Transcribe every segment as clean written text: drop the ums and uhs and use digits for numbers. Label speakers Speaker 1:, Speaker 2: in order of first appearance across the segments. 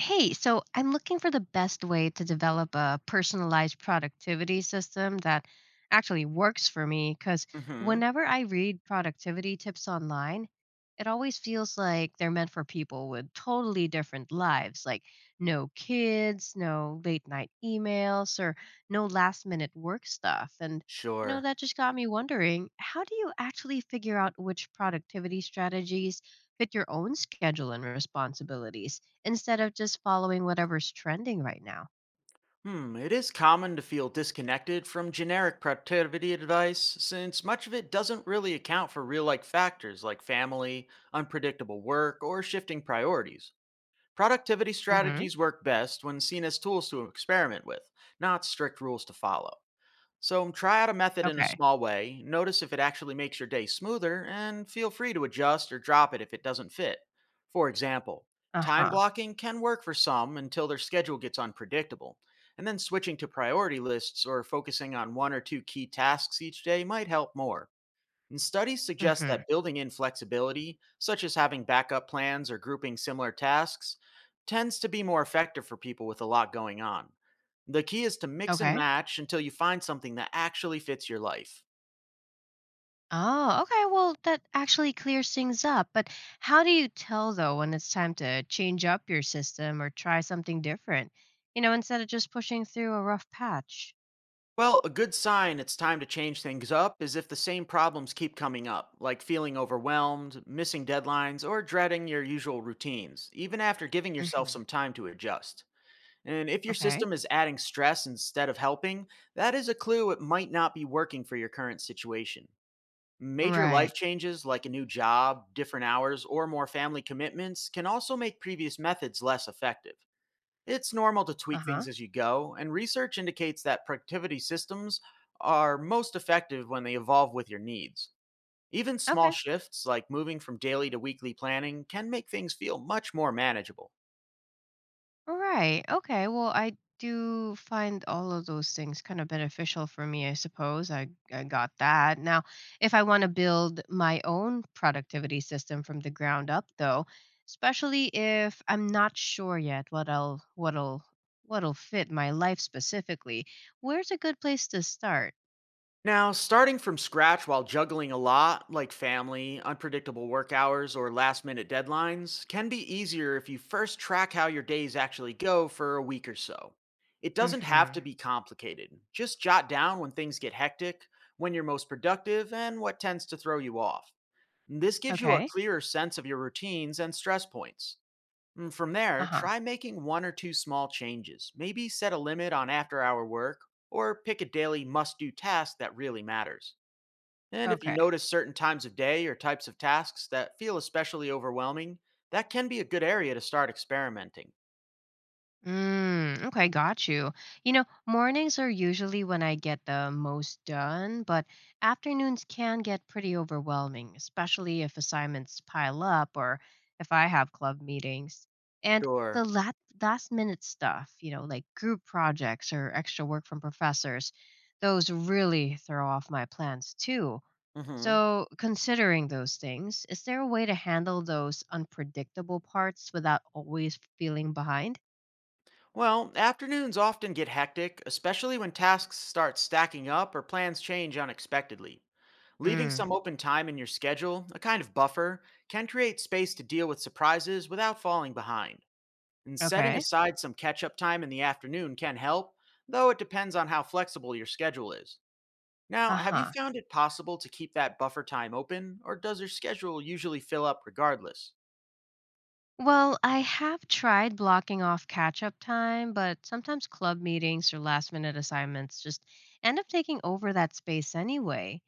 Speaker 1: Hey, so I'm looking for the best way to develop a personalized productivity system that actually works for me because
Speaker 2: Hmm.
Speaker 1: whenever I read productivity tips online, it always feels like they're meant for people with totally different lives, like no kids, no late night emails, or no last minute work stuff. And,
Speaker 2: Sure.
Speaker 1: that just got me wondering how do you actually figure out which productivity strategies fit your own schedule and responsibilities? Instead of just following whatever's trending right now.
Speaker 2: Hmm, it is common to feel disconnected from generic productivity advice since much of it doesn't really account for real life factors like family, unpredictable work, or shifting priorities. Productivity
Speaker 1: Mm-hmm.
Speaker 2: strategies work best when seen as tools to experiment with, not strict rules to follow. So try out a method in a
Speaker 1: Okay.
Speaker 2: small way, notice if it actually makes your day smoother, and feel free to adjust or drop it if it doesn't fit. For example, time
Speaker 1: Uh-huh.
Speaker 2: blocking can work for some until their schedule gets unpredictable, and then switching to priority lists or focusing on one or two key tasks each day might help more. And studies suggest
Speaker 1: Mm-hmm.
Speaker 2: that building in flexibility, such as having backup plans or grouping similar tasks, tends to be more effective for people with a lot going on. The key is to mix and
Speaker 1: Okay.
Speaker 2: match until you find something that actually fits your life.
Speaker 1: Oh, okay. Well, that actually clears things up. But how do you tell, though, when it's time to change up your system or try something different, instead of just pushing through a rough patch?
Speaker 2: Well, a good sign it's time to change things up is if the same problems keep coming up, like feeling overwhelmed, missing deadlines, or dreading your usual routines, even after giving yourself
Speaker 1: Mm-hmm.
Speaker 2: some time to adjust. And if your
Speaker 1: Okay.
Speaker 2: system is adding stress instead of helping, that is a clue it might not be working for your current situation. Major
Speaker 1: Right.
Speaker 2: life changes like a new job, different hours, or more family commitments can also make previous methods less effective. It's normal to tweak
Speaker 1: Uh-huh.
Speaker 2: things as you go, and research indicates that productivity systems are most effective when they evolve with your needs. Even small
Speaker 1: Okay.
Speaker 2: shifts, like moving from daily to weekly planning, can make things feel much more manageable.
Speaker 1: All right. Okay. Well, I do find all of those things kind of beneficial for me, I suppose. I got that. Now, if I want to build my own productivity system from the ground up though, especially if I'm not sure yet what I'll what'll what'll fit my life specifically, where's a good place to start?
Speaker 2: Now, starting from scratch while juggling a lot, like family, unpredictable work hours, or last minute deadlines, can be easier if you first track how your days actually go for a week or so. It doesn't have
Speaker 1: Mhm.
Speaker 2: to be complicated. Just jot down when things get hectic, when you're most productive, and what tends to throw you off. This gives you a
Speaker 1: Okay.
Speaker 2: clearer sense of your routines and stress points. And from there,
Speaker 1: Uh-huh.
Speaker 2: try making one or two small changes. Maybe set a limit on after hour work or pick a daily must do task that really matters. And if you
Speaker 1: Okay.
Speaker 2: notice certain times of day or types of tasks that feel especially overwhelming, that can be a good area to start experimenting.
Speaker 1: Mm, okay, got you. You know, mornings are usually when I get the most done, but afternoons can get pretty overwhelming, especially if assignments pile up or if I have club meetings. And the
Speaker 2: Sure.
Speaker 1: lat- last minute stuff, you know, like group projects or extra work from professors, those really throw off my plans too.
Speaker 2: Hmm.
Speaker 1: So, considering those things, is there a way to handle those unpredictable parts without always feeling behind?
Speaker 2: Well, afternoons often get hectic, especially when tasks start stacking up or plans change unexpectedly. Leaving
Speaker 1: Mm.
Speaker 2: some open time in your schedule, a kind of buffer, can create space to deal with surprises without falling behind. And setting
Speaker 1: Okay.
Speaker 2: aside some catch up time in the afternoon can help, though it depends on how flexible your schedule is. Now,
Speaker 1: Uh
Speaker 2: have you
Speaker 1: huh.
Speaker 2: found it possible to keep that buffer time open, or does your schedule usually fill up regardless?
Speaker 1: Well, I have tried blocking off catch up time, but sometimes club meetings or last minute assignments just end up taking over that space anyway.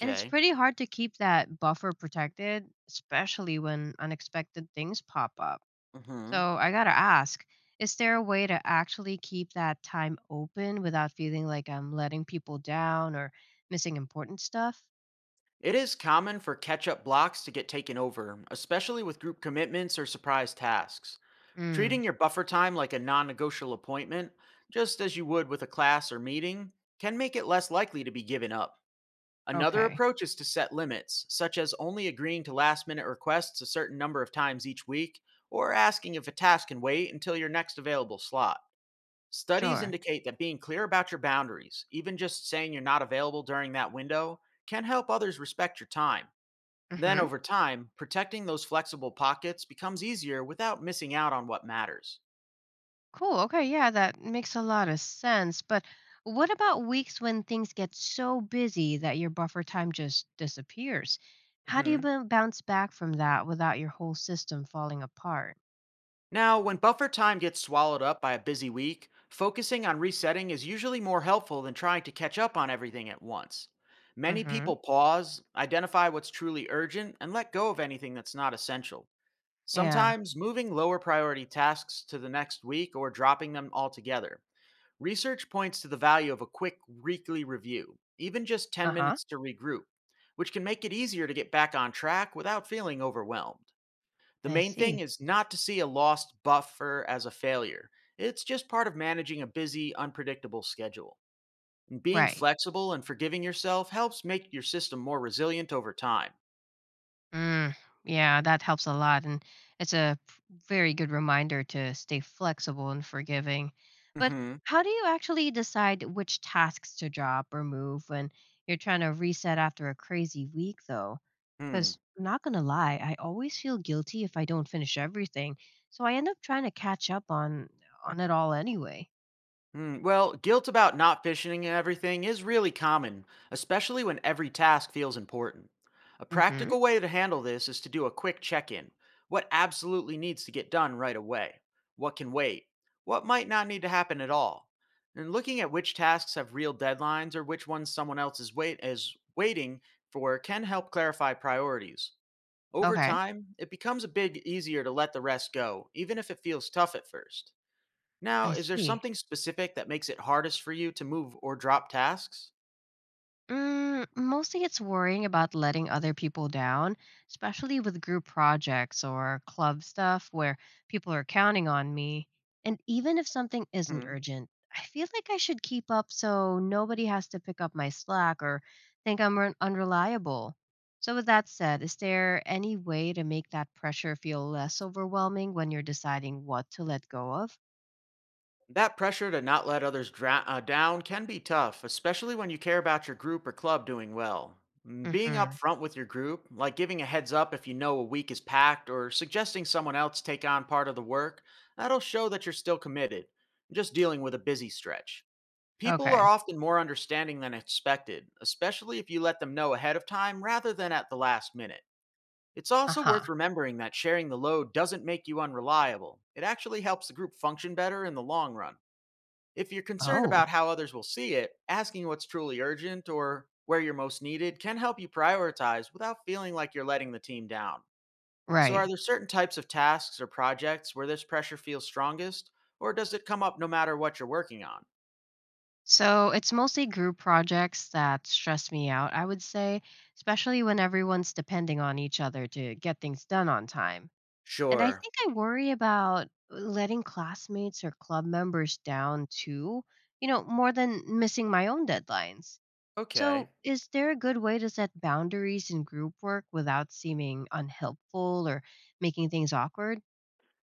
Speaker 1: And it's pretty hard to keep that buffer protected, especially when unexpected things pop up.
Speaker 2: Mm hmm.
Speaker 1: So I gotta ask, is there a way to actually keep that time open without feeling like I'm letting people down or missing important stuff?
Speaker 2: It is common for catch up blocks to get taken over, especially with group commitments or surprise tasks.
Speaker 1: Mm,
Speaker 2: Treating your buffer time like a non negotiable appointment, just as you would with a class or meeting, can make it less likely to be given up. Another
Speaker 1: okay.
Speaker 2: approach is to set limits, such as only agreeing to last minute requests a certain number of times each week, or asking if a task can wait until your next available slot. Studies
Speaker 1: Sure.
Speaker 2: indicate that being clear about your boundaries, even just saying you're not available during that window, can help others respect your time.
Speaker 1: Mm
Speaker 2: Then,
Speaker 1: hmm.
Speaker 2: over time, protecting those flexible pockets becomes easier without missing out on what matters.
Speaker 1: Cool. Okay. Yeah, that makes a lot of sense. But what about weeks when things get so busy that your buffer time just disappears? How do you
Speaker 2: Hmm.
Speaker 1: bounce back from that without your whole system falling apart?
Speaker 2: Now, when buffer time gets swallowed up by a busy week, focusing on resetting is usually more helpful than trying to catch up on everything at once. Many
Speaker 1: Hmm.
Speaker 2: people pause, identify what's truly urgent, and let go of anything that's not essential.
Speaker 1: Yeah.
Speaker 2: Sometimes moving lower priority tasks to the next week or dropping them altogether. Research points to the value of a quick weekly review, even just 10
Speaker 1: Uh huh.
Speaker 2: minutes to regroup, which can make it easier to get back on track without feeling overwhelmed. The
Speaker 1: I
Speaker 2: main thing
Speaker 1: see.
Speaker 2: is not to see a lost buffer as a failure. It's just part of managing a busy, unpredictable schedule. And being
Speaker 1: Right.
Speaker 2: flexible and forgiving yourself helps make your system more resilient over time.
Speaker 1: Mm, yeah, that helps a lot. And it's a p- very good reminder to stay flexible and forgiving. But
Speaker 2: Hmm.
Speaker 1: how do you actually decide which tasks to drop or move when you're trying to reset after a crazy week, though? Because I'm not going to lie, I always feel guilty if I don't finish everything. So I end up trying to catch up on it all anyway.
Speaker 2: Mm, well, guilt about not finishing everything is really common, especially when every task feels important. A
Speaker 1: Hmm.
Speaker 2: practical way to handle this is to do a quick check in. What absolutely needs to get done right away? What can wait? What might not need to happen at all? And looking at which tasks have real deadlines or which ones someone else is waiting for can help clarify priorities. Over
Speaker 1: Okay,
Speaker 2: time, it becomes a bit easier to let the rest go, even if it feels tough at first. Now,
Speaker 1: I
Speaker 2: is there
Speaker 1: see.
Speaker 2: something specific that makes it hardest for you to move or drop tasks?
Speaker 1: Mm, mostly it's worrying about letting other people down, especially with group projects or club stuff where people are counting on me. And even if something isn't
Speaker 2: Hmm.
Speaker 1: urgent, I feel like I should keep up so nobody has to pick up my slack or think I'm unreliable. So, with that said, is there any way to make that pressure feel less overwhelming when you're deciding what to let go of?
Speaker 2: That pressure to not let others down can be tough, especially when you care about your group or club doing well. Mm, being
Speaker 1: Mm-hmm.
Speaker 2: upfront with your group, like giving a heads up if you know a week is packed or suggesting someone else take on part of the work, that'll show that you're still committed, just dealing with a busy stretch. People are
Speaker 1: Okay.
Speaker 2: often more understanding than expected, especially if you let them know ahead of time rather than at the last minute. It's
Speaker 1: Uh
Speaker 2: also
Speaker 1: huh.
Speaker 2: worth remembering that sharing the load doesn't make you unreliable. It actually helps the group function better in the long run. If you're concerned
Speaker 1: Oh,
Speaker 2: about how others will see it, asking what's truly urgent or where you're most needed can help you prioritize without feeling like you're letting the team down. So,
Speaker 1: right.
Speaker 2: are there certain types of tasks or projects where this pressure feels strongest, or does it come up no matter what you're working on?
Speaker 1: So it's mostly group projects that stress me out, I would say, especially when everyone's depending on each other to get things done on time. And I
Speaker 2: Sure.
Speaker 1: think I worry about letting classmates or club members down too, you know, more than missing my own deadlines. So
Speaker 2: Okay.
Speaker 1: is there a good way to set boundaries in group work without seeming unhelpful or making things awkward?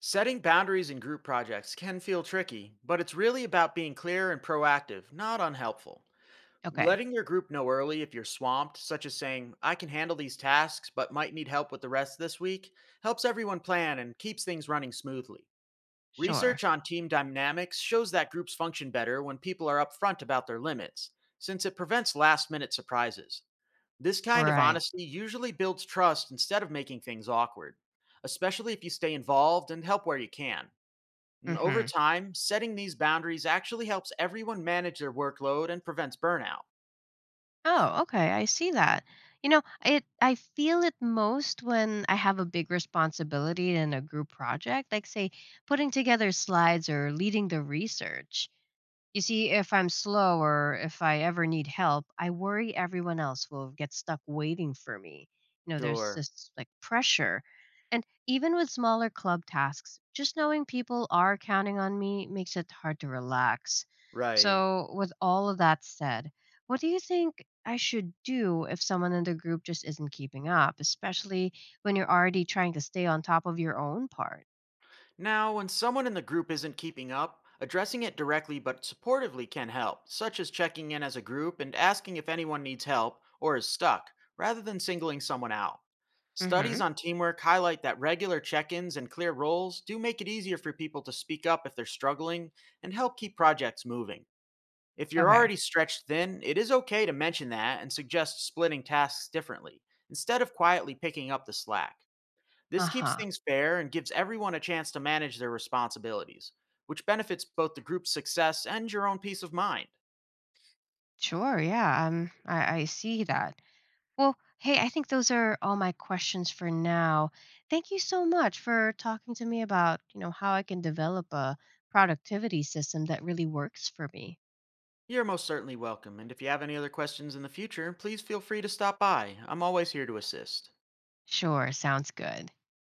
Speaker 2: Setting boundaries in group projects can feel tricky, but it's really about being clear and proactive, not unhelpful.
Speaker 1: Okay,
Speaker 2: Letting your group know early if you're swamped, such as saying, I can handle these tasks but might need help with the rest this week, helps everyone plan and keeps things running smoothly.
Speaker 1: sure.
Speaker 2: Research on team dynamics shows that groups function better when people are upfront about their limits, since it prevents last minute surprises. This kind of
Speaker 1: Right.
Speaker 2: honesty usually builds trust instead of making things awkward, especially if you stay involved and help where you can. And over
Speaker 1: Mhm.
Speaker 2: time, setting these boundaries actually helps everyone manage their workload and prevents burnout.
Speaker 1: Oh, okay. I see that. You know, it I feel it most when I have a big responsibility in a group project, like say putting together slides or leading the research. You see, if I'm slow or if I ever need help, I worry everyone else will get stuck waiting for me. You know, there's
Speaker 2: Sure.
Speaker 1: this like pressure. And even with smaller club tasks, just knowing people are counting on me makes it hard to relax.
Speaker 2: Right.
Speaker 1: So, with all of that said, what do you think I should do if someone in the group just isn't keeping up, especially when you're already trying to stay on top of your own part?
Speaker 2: Now, when someone in the group isn't keeping up, addressing it directly but supportively can help, such as checking in as a group and asking if anyone needs help or is stuck, rather than singling someone out. Studies
Speaker 1: Mm-hmm.
Speaker 2: on teamwork highlight that regular check ins and clear roles do make it easier for people to speak up if they're struggling and help keep projects moving. If you're
Speaker 1: Okay.
Speaker 2: already stretched thin, it is okay to mention that and suggest splitting tasks differently, instead of quietly picking up the slack.
Speaker 1: Uh
Speaker 2: This keeps
Speaker 1: huh.
Speaker 2: things fair and gives everyone a chance to manage their responsibilities, which benefits both the group's success and your own peace of mind.
Speaker 1: Sure. Yeah. I see that. Well, hey, I think those are all my questions for now. Thank you so much for talking to me about, you know, how I can develop a productivity system that really works for me.
Speaker 2: You're most certainly welcome, and if you have any other questions in the future, please feel free to stop by. I'm always here to assist.
Speaker 1: Sure, sounds good.